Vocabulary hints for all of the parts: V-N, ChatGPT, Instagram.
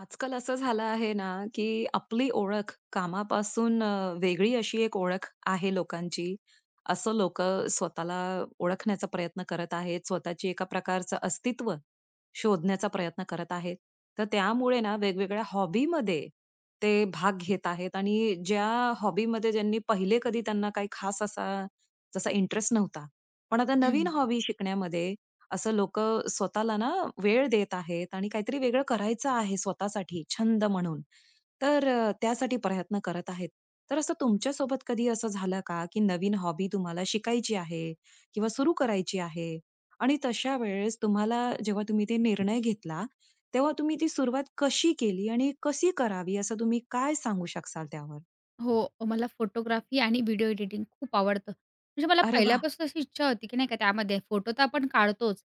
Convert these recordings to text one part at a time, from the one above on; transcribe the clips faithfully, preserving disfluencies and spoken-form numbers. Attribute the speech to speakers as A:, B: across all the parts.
A: आजकाल असं झालं आहे ना, की आपली ओळख कामापासून अ, वेगळी अशी एक ओळख आहे लोकांची. असं लोक स्वतःला ओळखण्याचा प्रयत्न करत आहेत. स्वतःची एका प्रकारचं अस्तित्व शोधण्याचा प्रयत्न करत आहेत. तर त्यामुळे ना वेगवेगळ्या हॉबीमध्ये ते भाग घेत आहेत आणि ज्या हॉबीमध्ये ज्यांनी पहिले कधी त्यांना काही खास असा, जसा इंटरेस्ट नव्हता. पण आता नवीन
B: हं,
A: हॉबी शिकण्यामध्ये असं लोक स्वतःला ना वेळ देत आहेत आणि काहीतरी वेगळं करायचं आहे स्वतःसाठी छंद म्हणून. तर अ, त्यासाठी प्रयत्न करत आहेत. तर असं तुमच्या सोबत कधी असं झालं का, की नवीन हॉबी तुम्हाला शिकायची आहे किंवा सुरू करायची आहे आणि तशा वेळेस तुम्हाला जेव्हा तुम्ही ते निर्णय घेतला, तेव्हा तुम्ही ती सुरुवात कशी केली आणि कशी करावी असं तुम्ही काय सांगू शकाल त्यावर?
B: हो, मला फोटोग्राफी आणि व्हिडिओ एडिटिंग खूप आवडतं. म्हणजे मला
A: अरे वाह!
B: पहिल्यापासून अशी इच्छा होती, की नाही का त्यामध्ये फोटो तर आपण काढतोच,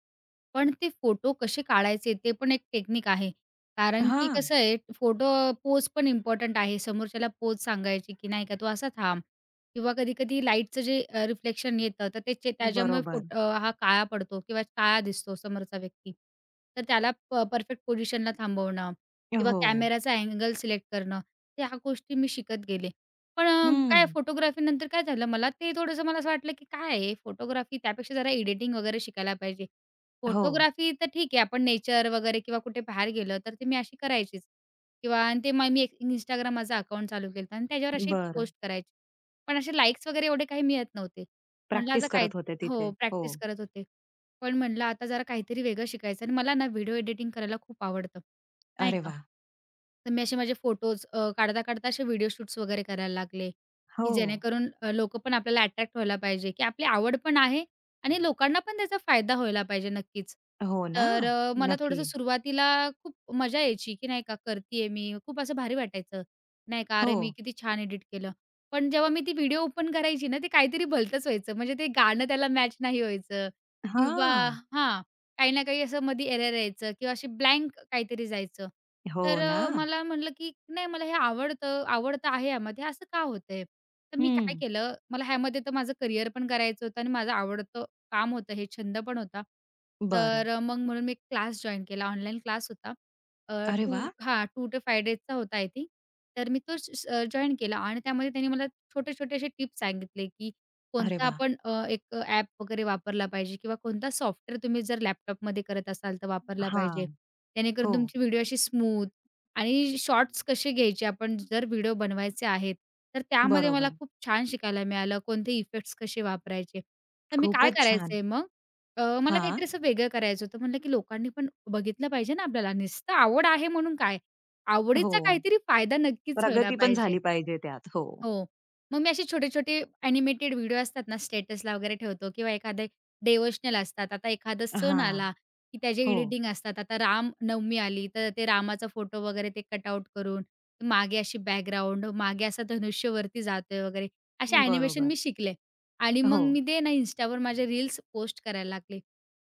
B: पण ते फोटो कसे काढायचे ते पण एक टेक्निक आहे. कारण की
A: हां,
B: कसं आहे फोटो पोज पण इम्पोर्टंट आहे. समोरच्याला पोज सांगायची, की नाही का तू असा थांब किंवा कधी-कधी लाईटचं जे रिफ्लेक्शन येतं तर त्याचे त्याच्यामुळे
A: बरोबर.
B: फोटो हा काळा पडतो किंवा काळा दिसतो समोरचा व्यक्ती. तर त्याला परफेक्ट पोझिशनला थांबवणं किंवा
A: हो.
B: कॅमेराचा अँगल सिलेक्ट करणं, त्या गोष्टी मी शिकत गेले. पण अ,
A: हं.
B: काय फोटोग्राफीनंतर काय झालं, मला ते थोडंसं मला असं वाटलं, की काय आहे फोटोग्राफी त्यापेक्षा जरा एडिटिंग वगैरे शिकायला पाहिजे.
A: हो.
B: फोटोग्राफी तर ठीक आहे आपण नेचर वगैरे किंवा कुठे बाहेर गेलं तर ते मी अशी करायचीच किंवा आणि ते मग मी एक Instagram माझा अकाउंट चालू केलं आणि त्याच्यावर अशी
A: बरं.
B: पोस्ट करायची. पण असे लाइक्स वगैरे एवढे काही मिळत नव्हते. म्हटलं आता
A: प्रॅक्टिस
B: काय
A: करत होते तिथे.
B: हो,
A: हो.
B: प्रॅक्टिस करत होते. पण म्हटलं आता जरा काहीतरी वेगळं शिकायचं आणि मला ना व्हिडिओ एडिटिंग करायला खूप आवडतं. नाही
A: अरे
B: का?
A: वाह!
B: तर मी असे माझे फोटोज अ, काढता-काढता असे व्हिडिओ शूट्स वगैरे करायला लागले, की
A: हो.
B: जेणेकरून अ, लोकं पण आपल्याला अट्रॅक्ट व्हायला पाहिजे, की आपली आवड पण आहे आणि लोकांना पण त्याचा फायदा व्हायला पाहिजे नक्कीच.
A: हो ना?
B: तर अ, मला
A: नक्की.
B: थोडंसं सुरुवातीला खूप मजा यायची, की नाही का करतीये मी, खूप असं भारी वाटायचं. नाही का, अरे
A: हो.
B: मी किती छान एडिट केलं. पण जेव्हा मी ती व्हिडिओ ओपन करायची ना, ते काहीतरी भलतंच व्हायचं. म्हणजे ते गाणं त्याला मॅच नाही व्हायचं किंवा
A: हां.
B: हां. काही ना काही असं मधी एरर यायचं किंवा अशी ब्लँक काहीतरी जायचं.
A: हो
B: तर
A: ना?
B: अ, मला म्हटलं, की नाही मला हे आवडतं आवडतं आहे यामध्ये, असं का होतंय? तर मी काय
A: हं.
B: केलं, मला ह्यामध्ये तर माझं करियर पण करायचं होतं आणि माझं आवडतं काम होतं, हे छंद पण होता.
A: बरं.
B: तर अ, मग म्हणून मी एक क्लास जॉइन केला, ऑनलाईन क्लास होता. अ,
A: अरे
B: 2
A: वाह!
B: हां, दोन ते पाच डेजचा होता आय थिंक. तर मी तो स केला आणि त्यामध्ये त्यांनी मला छोटे-छोटे असे टिप्स सांगितले, की
A: अरे
B: कोणता
A: वाह!
B: आपण अ, एक ॲप वगैरे वापरला पाहिजे किंवा कोणता सॉफ्टवेअर तुम्ही जर लॅपटॉपमध्ये करत असाल तर वापरला पाहिजे.
A: हां. हो.
B: जेणेकरून तुमची व्हिडिओ अशी स्मूथ आणि शॉर्ट्स कसे घ्यायचे आपण जर व्हिडिओ बनवायचे आहेत, तर त्यामध्ये मला
A: बरोबर.
B: खूप छान शिकायला मिळालं. कोणते इफेक्ट्स कसे वापरायचे. तर मी काय
A: खूपच छान.
B: करायचंय मग अ, मला
A: हां.
B: काहीतरी असं वेगळं करायचं होतं. म्हणलं की लोकांनी पण बघितलं पाहिजे ना आपल्याला. नुसतं आवड आहे म्हणून काय?
A: हो.
B: आवडीचा काहीतरी फायदा नक्कीच व्हायला
A: प्रगती पण
B: पाहिजे.
A: झाली पाहिजे त्यात. हो.
B: हो. मग मी असे छोटे-छोटे ॲनिमेटेड व्हिडिओ असतात ना, स्टेटसला वगैरे ठेवतो किंवा एखादे डिव्होशनल असतात. आता एखादा सण
A: हां.
B: आला, की त्याचे
A: हो.
B: एडिटिंग असतात. आता रामनवमी आली, तर ते रामाचा फोटो वगैरे ते कटआउट करून, मागे अशी बॅकग्राऊंड, मागे असा धनुष्य वरती जातोय वगैरे, असे ॲनिमेशन
A: बरोबर.
B: मी शिकले. आणि मग
A: हो.
B: मी ते ना Instaवर माझे रील्स पोस्ट करायला लागले.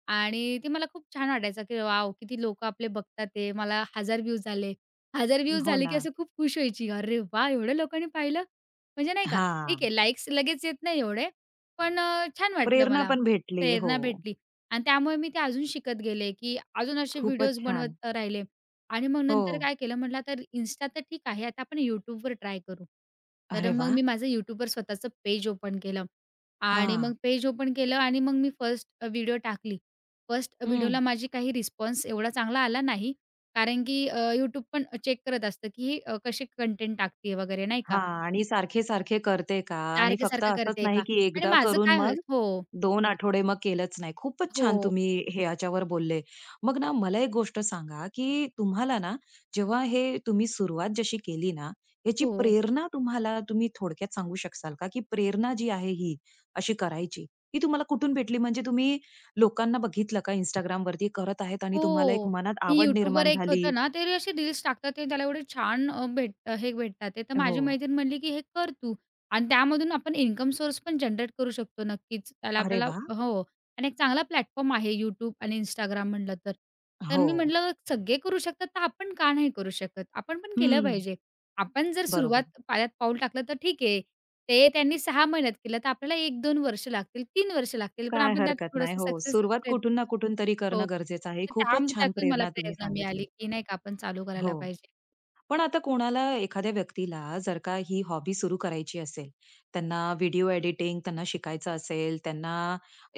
B: आणि ते मला खूप छान वाटायचं, की वॉव! किती लोकं आपले बघतात आहे. मला एक हजार व्ह्यूज झाले. एक हजार व्ह्यूज
A: हो
B: झाले, की
A: ना.
B: असं खूप खुश व्हायची. "अरे वाह! एवढ्या लोकांनी पाहिलं." म्हणजे नाही का, ठीक
A: हां.
B: आहे लाइक्स लगेच येत नाही एवढे, पण अ, छान वाटलं
A: प्रेरणा
B: मला.
A: पण भेटली. हो.
B: प्रेरणा भेटली आणि त्यामुळे मी ते अजून शिकत गेले, की अजून असे
A: खूपच
B: व्हिडिओज
A: छान.
B: बनवत राहिले आणि मग
A: हो.
B: नंतर काय केलं म्हटलं आता Insta तर ठीक आहे, आता आपण YouTubeवर ट्राय करू. तर
A: अरे
B: मग
A: वाह!
B: मी माझं YouTubeवर स्वतःचं पेज ओपन केलं आणि मग
A: हां.
B: पेज ओपन केलं आणि मग मी फर्स्ट व्हिडिओ टाकली. फर्स्ट
A: हं.
B: व्हिडिओला माझी काही रिस्पॉन्स एवढा चांगला आला नाही, कारण की अ, पण चेक करत असतं, की ही अ, कसे कंटेंट टाकते वगैरे नाही का.
A: हां. आणि सारखे-सारखे करते का? आणि फक्त
B: सारखं-सारखं
A: असंच
B: करते
A: नाही,
B: का?
A: की
B: आणि
A: एकदा
B: माझं
A: करून
B: काय होईल
A: मग
B: हो,
A: दोन आठवडे मग केलंच नाही. खूपच छान
B: हो,
A: तुम्ही हे याच्यावर बोलले. मग ना मला एक गोष्ट सांगा, की तुम्हाला ना जेव्हा हे तुम्ही सुरुवात जशी केली ना, याची
B: हो.
A: प्रेरणा तुम्हाला तुम्ही थोडक्यात सांगू शकाल का? की प्रेरणा जी आहे ही अशी करायची, ती तुम्हाला कुठून भेटली? म्हणजे तुम्ही लोकांना बघितलं का Instagramवरती करत आहेत आणि तुम्हाला एक
B: हो.
A: मनात
B: मी
A: आवड
B: YouTubeवर
A: निर्माण
B: एक
A: झाली?
B: होतं ना, ते असे रील्स टाकतात ते त्याला एवढे छान अ, भेट हे भेटतात ते. तर
A: हो.
B: माझी मैत्रीण म्हणली, की "हे कर तू" आणि त्यामधून आपण इन्कम सोर्स पण जनरेट करू शकतो नक्कीच. त्याला
A: अरे
B: आपल्याला
A: वाह!
B: हो आणि एक चांगला प्लॅटफॉर्म आहे YouTube आणि Instagram म्हटलं तर. तर
A: हो.
B: मी म्हटलं, "सगळे करू शकतात, तर आपण का नाही करू शकत? आपण पण केलं
A: हं.
B: पाहिजे." आपण जर सुरुवात
A: बरोबर.
B: पायात पाऊल टाकलं तर ठीक आहे. ते त्यांनी सहा महिन्यात केलं, तर आपल्याला एक दोन वर्ष लागतील, तीन वर्ष लागतील, पण
A: काय
B: आपण त्यात
A: हरकत नाही.
B: थोडंसं
A: हो,
B: सक्सेस
A: सुरुवात कुठून ना कुठून तरी
B: हो.
A: करणं गरजेचं आहे.
B: तर त्या
A: खूपच छान
B: त्यातून मला
A: प्रेरणा तुम्ही
B: प्रेरणा मिळाली,
A: सांगितली.
B: की नाही का आपण चालू करायला
A: हो.
B: पाहिजे.
A: पण आता कोणाला एखाद्या व्यक्तीला जर का ही हॉबी सुरू करायची असेल, त्यांना व्हिडिओ एडिटिंग त्यांना शिकायचं असेल, त्यांना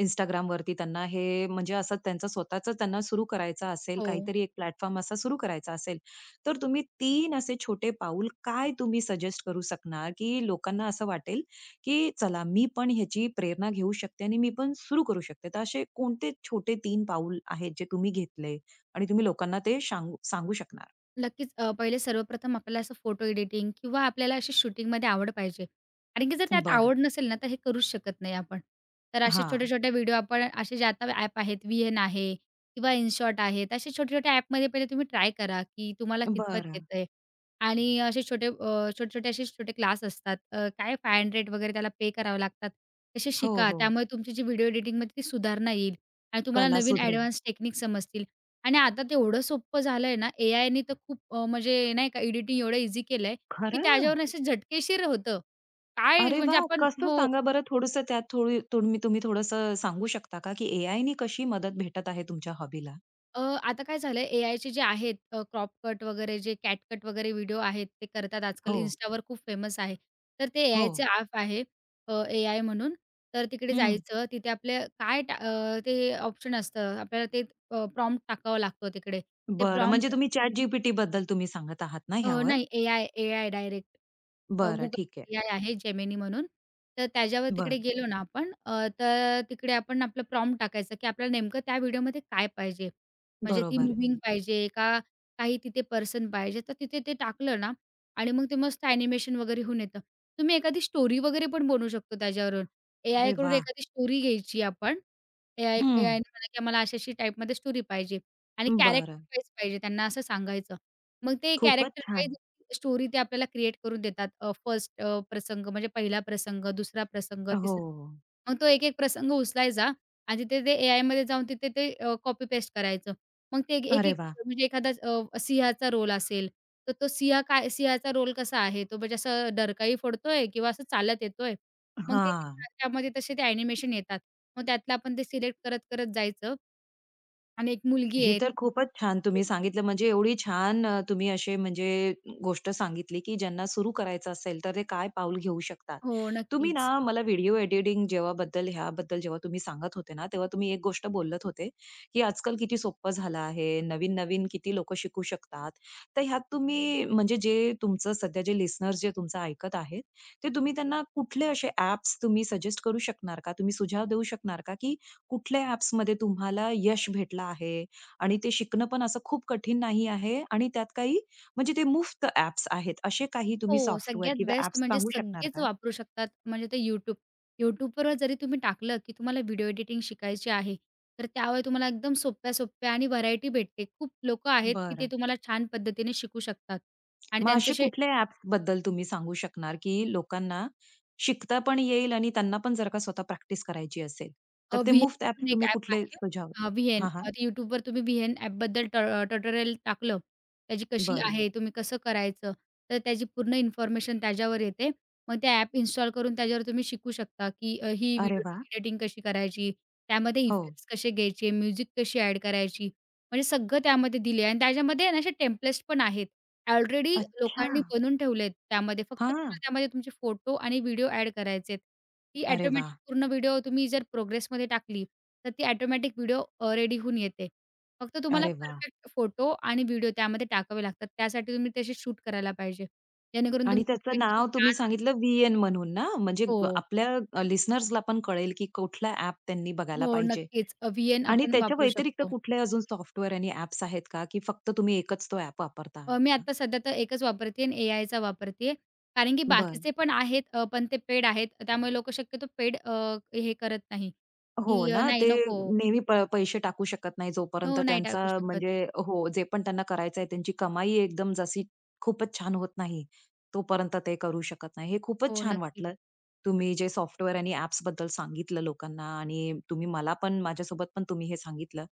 A: Instagram वरती त्यांना हे म्हणजे असं त्यांचं स्वतःच त्यांना सुरू करायचं असेल,
B: हो.
A: काहीतरी एक प्लॅटफॉर्म असा सुरू करायचा असेल, तर तुम्ही तीन असे छोटे पाऊल काय तुम्ही सजेस्ट करू शकणार, की लोकांना असं वाटेल, की चला मी पण ह्याची प्रेरणा घेऊ शकते आणि मी पण सुरू करू शकते. तर असे कोणते छोटे तीन पाऊल आहेत जे तुम्ही घेतले आणि तुम्ही लोकांना ते शांगू सांगू शकणार?
B: नक्कीच. अ, पहिले सर्वप्रथम आपल्याला असं फोटो एडिटिंग किंवा आपल्याला अशी शूटिंगमध्ये आवड पाहिजे. कारण की जर त्यात
A: बरं.
B: आवड नसेल ना, तर हे करूच शकत नाही आपण. तर असे
A: हां.
B: छोटे-छोटे व्हिडिओ आपण असे जे आता ॲप आहेत, व्ही एन आहे किंवा InShot आहेत. असे छोटे-छोटे ॲपमध्ये पहिले तुम्ही ट्राय करा, की तुम्हाला कितपत
A: बरं.
B: येतंय आणि असे छोटे अ, छोटे-छोटे असे छोटे क्लास असतात. अ, काय ₹पाचशे वगैरे त्याला पे करावे लागतात. तसे
A: हो,
B: शिका.
A: हो.
B: त्यामुळे तुमची जी व्हिडिओ एडिटिंगमध्ये ती सुधारणा येईल आणि तुम्हाला
A: कला
B: नवीन
A: सुधरेल.
B: ॲडव्हान्स टेक्निक समजतील. आणि आता ते एवढं सोपं झालंय ना, एआयनी तर खूप अ, म्हणजे नाही का एडिटिंग एवढं इझी केलंय, की
A: खरं?
B: त्याच्यावरून असं झटकेशीर होतं. काय
A: अरे वा,
B: म्हणजे आपण
A: कसं
B: हो.
A: सांगा बरं थोडंसं त्यात थोडी तुम्ही तुम्ही थोडंसं सांगू शकता का, की ए आय नी कशी मदत भेटत आहे तुमच्या हॉबीला?
B: अ, आता काय झालंय एआयचे जे आहेत क्रॉप कट वगैरे जे कॅट कट वगैरे व्हिडिओ आहेत ते करतात आजकाल
A: हो,
B: Instaवर खूप फेमस आहे. तर ते
A: हो.
B: एआयचे ॲप आहे अ, एआय म्हणून. तर तिकडे
A: हं.
B: जायचं तिथे आपले काय टा अ, ते ऑप्शन असतं आपल्याला ते प्रॉम्प्ट टाकावं लागतो तिकडे. ते
A: बरं. म्हणजे
B: प्रॉम्प्ट
A: तुम्ही ChatGPT बद्दल तुम्ही सांगत आहात ना
B: अ,
A: ह्यावर?
B: नाही एआय, एआय डायरेक्ट. अ,
A: बरं,
B: Google
A: ठीक आहे.
B: एआय आहे Gemini म्हणून. तर त्याच्यावर तिकडे
A: बरं.
B: गेलो ना आपण अ, तर तिकडे आपण आपलं प्रॉम्प्ट टाकायचं, की आपल्याला नेमकं त्या व्हिडिओमध्ये काय पाहिजे? म्हणजे ती
A: बरोबर.
B: मूव्हिंग पाहिजे का काही तिथे पर्सन पाहिजे? तर तिथे ते टाकलं ना आणि मग ते मस्त ॲनिमेशन वगैरे होऊन येतं. तुम्ही एखादी स्टोरी वगैरे पण बनवू शकतो त्याच्यावरून.
A: अरे
B: एआयकडून
A: वाह!
B: एखादी स्टोरी घ्यायची आपण. एआय
A: हं.
B: एआयने म्हणा, की आम्हाला अशी-अशी टाईपमध्ये स्टोरी पाहिजे आणि कॅरेक्टर
A: बरं.
B: वाईज पाहिजे त्यांना असं सांगायचं. मग ते
A: खूपच
B: कॅरेक्टर
A: छान.
B: वाईज स्टोरी ते आपल्याला क्रिएट करून देतात. अ, फर्स्ट अ, प्रसंग म्हणजे पहिला प्रसंग, दुसरा प्रसंग,
A: हो.
B: तिसरा मग तो एक-एक प्रसंग उचलायचा आणि तिथे ते एआयमध्ये जाऊन तिथे ते अ, कॉपी पेस्ट करायचं. मग ते
A: अरे
B: एक-एक
A: वाह!
B: म्हणजे एखादा अ, सिंहाचा रोल असेल, तर तो सिंह काय सिंहाचा रोल कसा आहे? तो म्हणजे असं डरकाळी फोडतोय किंवा असं चालत येतोय. मग ते ते
A: हां.
B: त्या- त्यामध्ये तसे ते ॲनिमेशन येतात. मग त्यातलं आपण ते सिलेक्ट करत, करत जायचं आणि एक मुलगी
A: हे
B: आहे
A: तर
B: ती
A: खूपच छान तुम्ही सांगितलं. म्हणजे एवढी छान अ, तुम्ही असे म्हणजे गोष्ट सांगितली, की ज्यांना सुरू करायचं असेल, तर ते काय पाऊल घेऊ शकतात.
B: हो,
A: तुम्ही
B: नक्कीच.
A: ना मला व्हिडिओ एडिटिंग जेव्हाबद्दल ह्याबद्दल जेव्हा तुम्ही सांगत होते ना, तेव्हा तुम्ही एक गोष्ट बोलत होते, की आजकाल किती सोपं झालं आहे. नवीन-नवीन किती लोकं शिकू शकतात. तर ह्यात तुम्ही म्हणजे जे तुमचं सध्या जे लिसनर्स जे तुमचं ऐकत आहेत, ते तुम्ही त्यांना कुठले असे ॲप्स तुम्ही सजेस्ट करू शकणार का? तुम्ही सुझाव देऊ शकणार का, की कुठल्या ॲप्समध्ये तुम्हाला यश भेटलं आहे? आणि ते शिकणं पण असं खूप कठीण नाही आहे आणि त्यात काही म्हणजे ते मुफ्त ॲप्स आहेत. असे काही तुम्ही
B: हो,
A: सॉफ्टवेअर
B: सगळ्यात
A: किंवा
B: बेस्ट
A: ॲप्स
B: म्हणजे
A: सांगू शकणार
B: सगळेच
A: का?
B: वापरू शकतात म्हणजे ते YouTube. YouTubeवर जरी तुम्ही टाकलं, की तुम्हाला व्हिडिओ एडिटिंग शिकायची आहे, तर त्यावर तुम्हाला एकदम सोप्या-सोप्या आणि व्हरायटी भेटते. खूप लोकं आहेत, की ते
A: बरं.
B: तुम्हाला छान पद्धतीने शिकू शकतात आणि
A: मग असे
B: त्यांचे
A: कुठल्या ॲप्सबद्दल तुम्ही सांगू शकणार, की लोकांना शिकता पण येईल आणि त्यांना पण जर का स्वतः प्रॅक्टिस करायची असेल, तर
B: अ,
A: ते
B: Vn
A: मुफ्त ॲप्स
B: म्हणून एक
A: तुम्ही
B: ॲप
A: कुठले
B: आहे.
A: सुझाव
B: अ, Vn
A: हां, हां.
B: अ, YouTubeवर तुम्ही Vn ॲपबद्दल ट ट्युटोरियल टाकलं, त्याची कशी
A: बरं.
B: आहे, तुम्ही कसं करायचं, तर त्याची पूर्ण इन्फॉर्मेशन त्याच्यावर येते. मग ते ॲप इन्स्टॉल करून त्याच्यावर तुम्ही शिकू शकता, की अ, ही
A: अरे
B: व्हिडिओ
A: वाह!
B: एडिटिंग कशी करायची, त्यामध्ये
A: हो.
B: इफेक्ट्स कसे घ्यायचे, म्युझिक कशी ॲड करायची, म्हणजे सगळं त्यामध्ये दिले आहे आणि त्याच्यामध्ये आहे ना, असे टेम्पलेट्स पण आहेत. ऑलरेडी
A: अच्छा.
B: लोकांनी बनवून ठेवलेत त्यामध्ये. फक्त तुम्हाला
A: हां.
B: त्यामध्ये तुमचे फोटो आणि व्हिडिओ ॲड करायचे आहेत. ती
A: अरे
B: ऑटोमॅटिक
A: वाह!
B: पूर्ण व्हिडिओ तुम्ही जर प्रोग्रेसमध्ये टाकली, तर ती ऑटोमॅटिक व्हिडिओ अ, रेडी होऊन येते. फक्त तुम्हाला
A: अरे वाह!
B: परफेक्ट फोटो आणि व्हिडिओ त्यामध्ये टाकावे लागतात. त्यासाठी तुम्ही तसे शूट करायला पाहिजे. जेणेकरून
A: आणि
B: तुमचा
A: त्याचं
B: व्हिडिओ
A: नाव
B: एकदम
A: तुम्ही
B: छान होईल.
A: सांगितलं व्ही-एन म्हणून ना? म्हणजे ग-
B: हो.
A: आपल्या लिसनर्सला पण कळेल, की कुठला ॲप त्यांनी बघायला
B: हो,
A: पाहिजे.
B: नक्कीच. अ, व्ही-एन
A: आणि
B: आपण
A: त्याच्या
B: वापरू
A: व्यतिरिक्त
B: शकतो.
A: कुठले अजून सॉफ्टवेअर आणि ॲप्स आहेत का, की फक्त तुम्ही एकच तो ॲप वापरता?
B: अ, मी आता सध्या तर एकच वापरते आहे आणि एआयचा वापरते आहे. कारण की
A: बरं.
B: बाकीचे पण आहेत अ, पण ते पेड आहेत. त्यामुळे लोकं शक्यतो पेड अ, हे करत नाही,
A: हो
B: की अ,
A: ना,
B: नाही
A: ते
B: नको.
A: नेहमी प पैसे टाकू शकत नाही जोपर्यंत
B: हो, नाही
A: त्यांचा
B: टाकू शकत.
A: म्हणजे हो, जे पण त्यांना करायचं आहे, त्यांची कमाई एकदम जशी खूपच छान होत नाही, तोपर्यंत ते करू शकत नाही. हे खूपच
B: हो,
A: छान
B: नक्की.
A: वाटलं. तुम्ही जे सॉफ्टवेअर आणि ॲप्सबद्दल सांगितलं लोकांना आणि तुम्ही मला पण, माझ्यासोबत पण तुम्ही हे सांगितलं.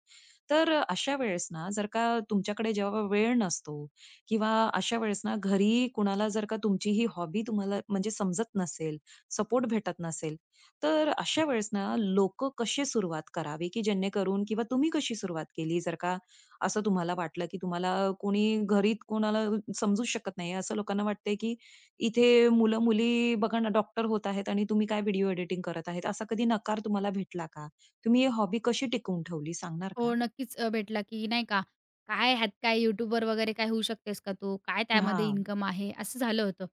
A: तर अशा वेळेस ना, जर का तुमच्याकडे जेव्हा वेळ नसतो किंवा अशा वेळेस ना, घरी कुणाला जर का तुमची ही हॉबी तुम्हाला म्हणजे समजत नसेल, सपोर्ट भेटत नसेल, तर अशा वेळेस ना लोकं कशी सुरुवात करावी, की जेणेकरून किंवा तुम्ही कशी सुरुवात केली? जर का असं तुम्हाला वाटलं, की तुम्हाला कोणी घरी कोणाला समजूच शकत नाही आहे. असं लोकांना वाटतंय, की इथे मुलं-मुली बघा ना डॉक्टर होत आहेत आणि तुम्ही काय व्हिडिओ एडिटिंग करत आहेत. असा कधी नकार तुम्हाला भेटला का? तुम्ही ही हॉबी कशी टिकवून ठेवली सांगणार
B: हो,
A: का?
B: नक्कीच अ, भेटला, की नाही का, "काय ह्यात काय यूट्यूबवर वगैरे काय होऊ शकतेस का तू? काय त्यामध्ये
A: हां,
B: इन्कम आहे?" असं झालं होतं.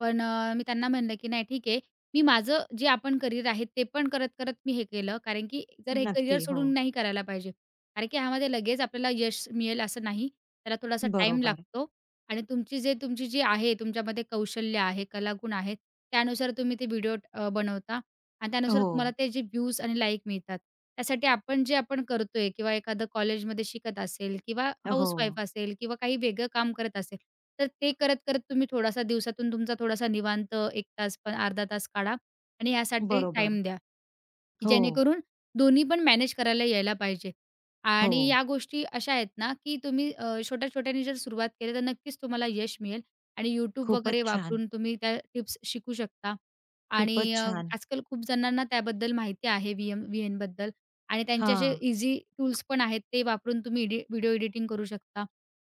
B: पण अ, मी त्यांना म्हणलं, की "नाही ठीक आहे, मी माझं जे आपण करिअर आहे ते पण करत-करत मी हे केलं." कारण की जर हे करिअर
A: नक्की. हो.
B: सोडून नाही करायला पाहिजे. कारण की ह्यामध्ये लगेच आपल्याला यश मिळेल असं नाही. त्याला थोडासा टाईम
A: बरोबर.
B: लागतो आणि तुमची जे तुमची जी आहे तुमच्यामध्ये कौशल्य आहे, कलागुण आहेत, त्यानुसार तुम्ही ते व्हिडिओ बनवता आणि त्यानुसार तुम्हाला
A: हो.
B: ते जे व्ह्यूज आणि लाइक मिळतात. त्यासाठी आपण जे आपण करतोय किंवा एखादं कॉलेजमध्ये शिकत असेल किंवा
A: हो.
B: हाउसवाईफ असेल किंवा काही वेगळं काम करत असेल, तर ते करत-करत तुम्ही थोडासा दिवसातून तुमचा थोडासा निवांत एक तास पण अर्धा तास काढा आणि ह्यासाठी
A: बरोबर.
B: टाईम द्या. की
A: हो,
B: जेणेकरून दोन्ही पण मॅनेज करायला यायला पाहिजे.
A: हो.
B: आणि या गोष्टी अशा आहेत ना, की तुम्ही अ, छोट्या-छोट्याने जर सुरुवात केली, तर नक्कीच तुम्हाला यश मिळेल आणि YouTube
A: खूपच
B: वगैरे
A: छान.
B: वापरून तुम्ही त्या टिप्स शिकू शकता. आणि
A: खूपच
B: अ,
A: छान.
B: आजकाल खूप जणांना त्याबद्दल माहिती आहे व्हीएम व्हीएनबद्दल आणि त्यांचे असे
A: हां,
B: ईझी टूल्स पण आहेत. ते वापरून तुम्ही एडि व्हिडिओ एडिटिंग करू शकता.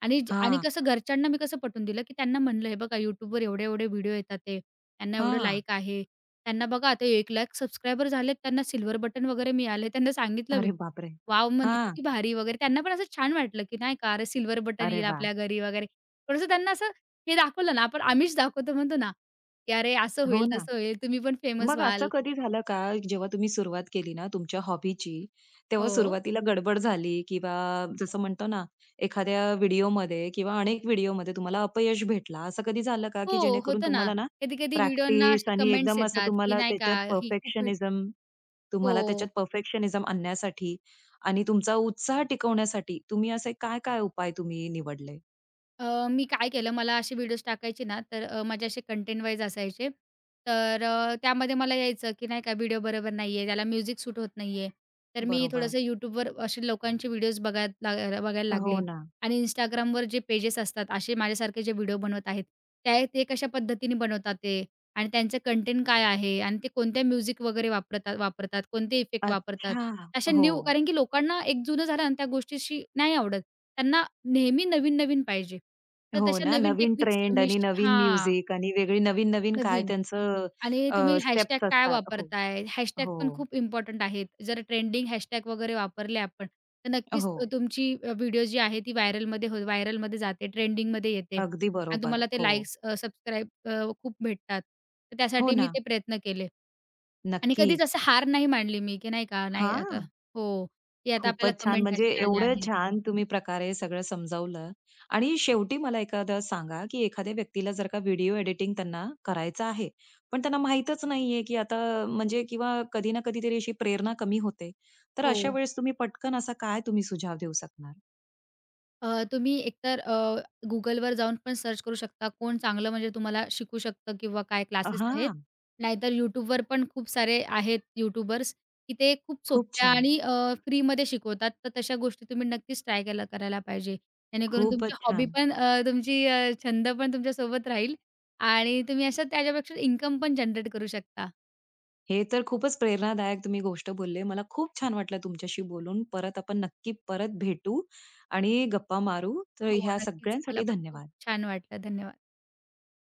B: आणि ज आणि
A: हां,
B: कसं घरच्यांना मी कसं पटवून दिलं, की त्यांना म्हणलं, "हे बघा YouTubeवर एवढे-एवढे व्हिडिओ येतात ते. त्यांना एवढं
A: हां.
B: लाईक आहे." त्यांना बघा आता एक लाख सबस्क्रायबर झालेत, त्यांना सिल्व्हर बटन वगैरे मिळाले. त्यांना सांगितलं मी,
A: अरे बापरे!
B: "वॉव!" म्हणलं,
A: हां.
B: "किती भारी!" वगैरे. त्यांना पण असं छान वाटलं, की नाही का, "अरे, सिल्व्हर बटन
A: अरे
B: येईल
A: वाह!
B: आपल्या घरी" वगैरे. थोडंसं त्यांना असं हे दाखवलं ना, आपण आम्हीच दाखवतो म्हणतो ना, की "अरे, असं
A: हो
B: होईल,
A: ना.
B: तसं होईल, तुम्ही पण फेमस
A: मग असं
B: व्हाल."
A: कधी झालं का, जेव्हा तुम्ही सुरुवात केली ना तुमच्या हॉबीची, तेव्हा
B: हो.
A: सुरुवातीला गडबड झाली किंवा जसं म्हणतो ना, एखाद्या व्हिडिओमध्ये किंवा अनेक व्हिडिओमध्ये तुम्हाला अपयश भेटला, असं कधी झालं का,
B: हो,
A: की जेणेकरून
B: होतं ना.
A: तुम्हाला ना
B: कधी-कधी व्हिडिओंना
A: प्रॅक्टिस
B: अशा
A: आणि
B: कमेंट्स
A: एकदम असं
B: येतात, की
A: तुम्हाला
B: नाही का,
A: त्याच्यात
B: ही खूप व्हिड
A: परफेक्शनिझम
B: हो.
A: तुम्हाला त्याच्यात परफेक्शनिझम आणण्यासाठी आणि तुमचा उत्साह टिकवण्यासाठी तुम्ही असे काय-काय उपाय तुम्ही निवडले?
B: अ, मी काय केलं मला असे व्हिडिओज टाकायचे ना, तर अ, माझे असे कंटेंट वाईज असायचे. तर अ, त्यामध्ये मला यायचं, की नाही का व्हिडिओ बरोबर नाहीये, त्याला म्युझिक सूट होत नाहीये. तर मी
A: बरोबर.
B: थोडंसं YouTubeवर असे लोकांचे व्हिडिओज बघाय लाग बघायला
A: हो
B: लागले
A: ना.
B: आणि Instagramवर जे पेजेस असतात, असे माझ्यासारखे जे व्हिडिओ बनवत आहेत, त्या ते कशा पद्धतीने बनवतात ते आणि त्यांचं कंटेंट काय आहे आणि ते कोणत्या म्युझिक वगैरे वापरतात वापरतात, कोणते इफेक्ट वापरतात.
A: अच्छा.
B: अशा
A: हो.
B: न्यू कारण की लोकांना एक जुनं झालं आणि त्या गोष्टीशी नाही आवडत. त्यांना नेहमी नवीन-नवीन पाहिजे. तर
A: हो
B: तशा
A: ना,
B: नवीन
A: नवीन
B: टेक्निक्स
A: ट्रेंड
B: मी
A: आणि
B: श
A: नवीन
B: हां,
A: म्युझिक आणि वेगळी नवीन-नवीन काय
B: नवीन
A: त्यांचं
B: आणि
A: अ,
B: तुम्ही हॅशटॅग
A: स्टेप्स
B: काय
A: असतात. हो,
B: वापरताय? हॅशटॅग
A: हो,
B: पण खूप इम्पोर्टंट आहेत. जर ट्रेंडिंग हॅशटॅग वगैरे वापरले आपण, तर नक्कीच
A: हो.
B: अ, तुमची अ, व्हिडिओ जी आहे ती व्हायरलमध्ये हो व्हायरलमध्ये जाते, ट्रेंडिंगमध्ये येते
A: अगदी
B: आणि
A: बरोबर.
B: तुम्हाला ते
A: हो.
B: लाइक्स अ, सबस्क्राईब अ, खूप भेटतात. तर
A: हो
B: त्यासाठी
A: ना,
B: मी ते प्रयत्न केले आणि
A: नक्की.
B: कधीच असं हार नाही मानली मी, की नाही का, नाही आता
A: हां.
B: हो, की आता आपल्याला
A: खूपच छान.
B: कमेंट
A: म्हणजे
B: अशा आल्या
A: एवढं
B: आहेत.
A: छान तुम्ही प्रकारे सगळं समजावलं आणि शेवटी मला एखादं सांगा, की एखाद्या व्यक्तीला जर का व्हिडिओ एडिटिंग त्यांना करायचं आहे, पण त्यांना माहीतच नाहीये, की आता म्हणजे किंवा कधी ना कधीतरी अशी प्रेरणा कमी होते. तर
B: हो.
A: अशा वेळेस तुम्ही पटकन असा काय तुम्ही सुझाव देऊ शकणार?
B: अ, तुम्ही एकतर अ, Googleवर जाऊन पण सर्च करू शकता. कोण चांगलं म्हणजे तुम्हाला शिकू शकतं किंवा काय क्लासेस आहेत.
A: हां.
B: नाहीतर YouTubeवर पण खूप सारे आहेत यूट्यूबर्स, की ते खूप
A: खूप
B: सोप्या
A: छान.
B: आणि अ, फ्रीमध्ये शिकवतात. तर तशा गोष्टी तुम्ही नक्कीच ट्राय केला करायला पाहिजे. जेणेकरून तुमची
A: खूपच
B: हॉबी
A: छान.
B: पण अ, तुमची अ, छंद पण तुमच्यासोबत राहील आणि तुम्ही असं त्याच्यापेक्षा इन्कम पण जनरेट करू शकता.
A: हे तर खूपच प्रेरणादायक तुम्ही गोष्ट बोलले. मला खूप छान वाटलं तुमच्याशी बोलून. परत आपण नक्की परत भेटू आणि गप्पा मारू. तर
B: हो,
A: ह्या
B: नक्कीच. मला
A: सगळ्यांसाठी
B: पण खूप
A: धन्यवाद.
B: छान वाटलं. धन्यवाद.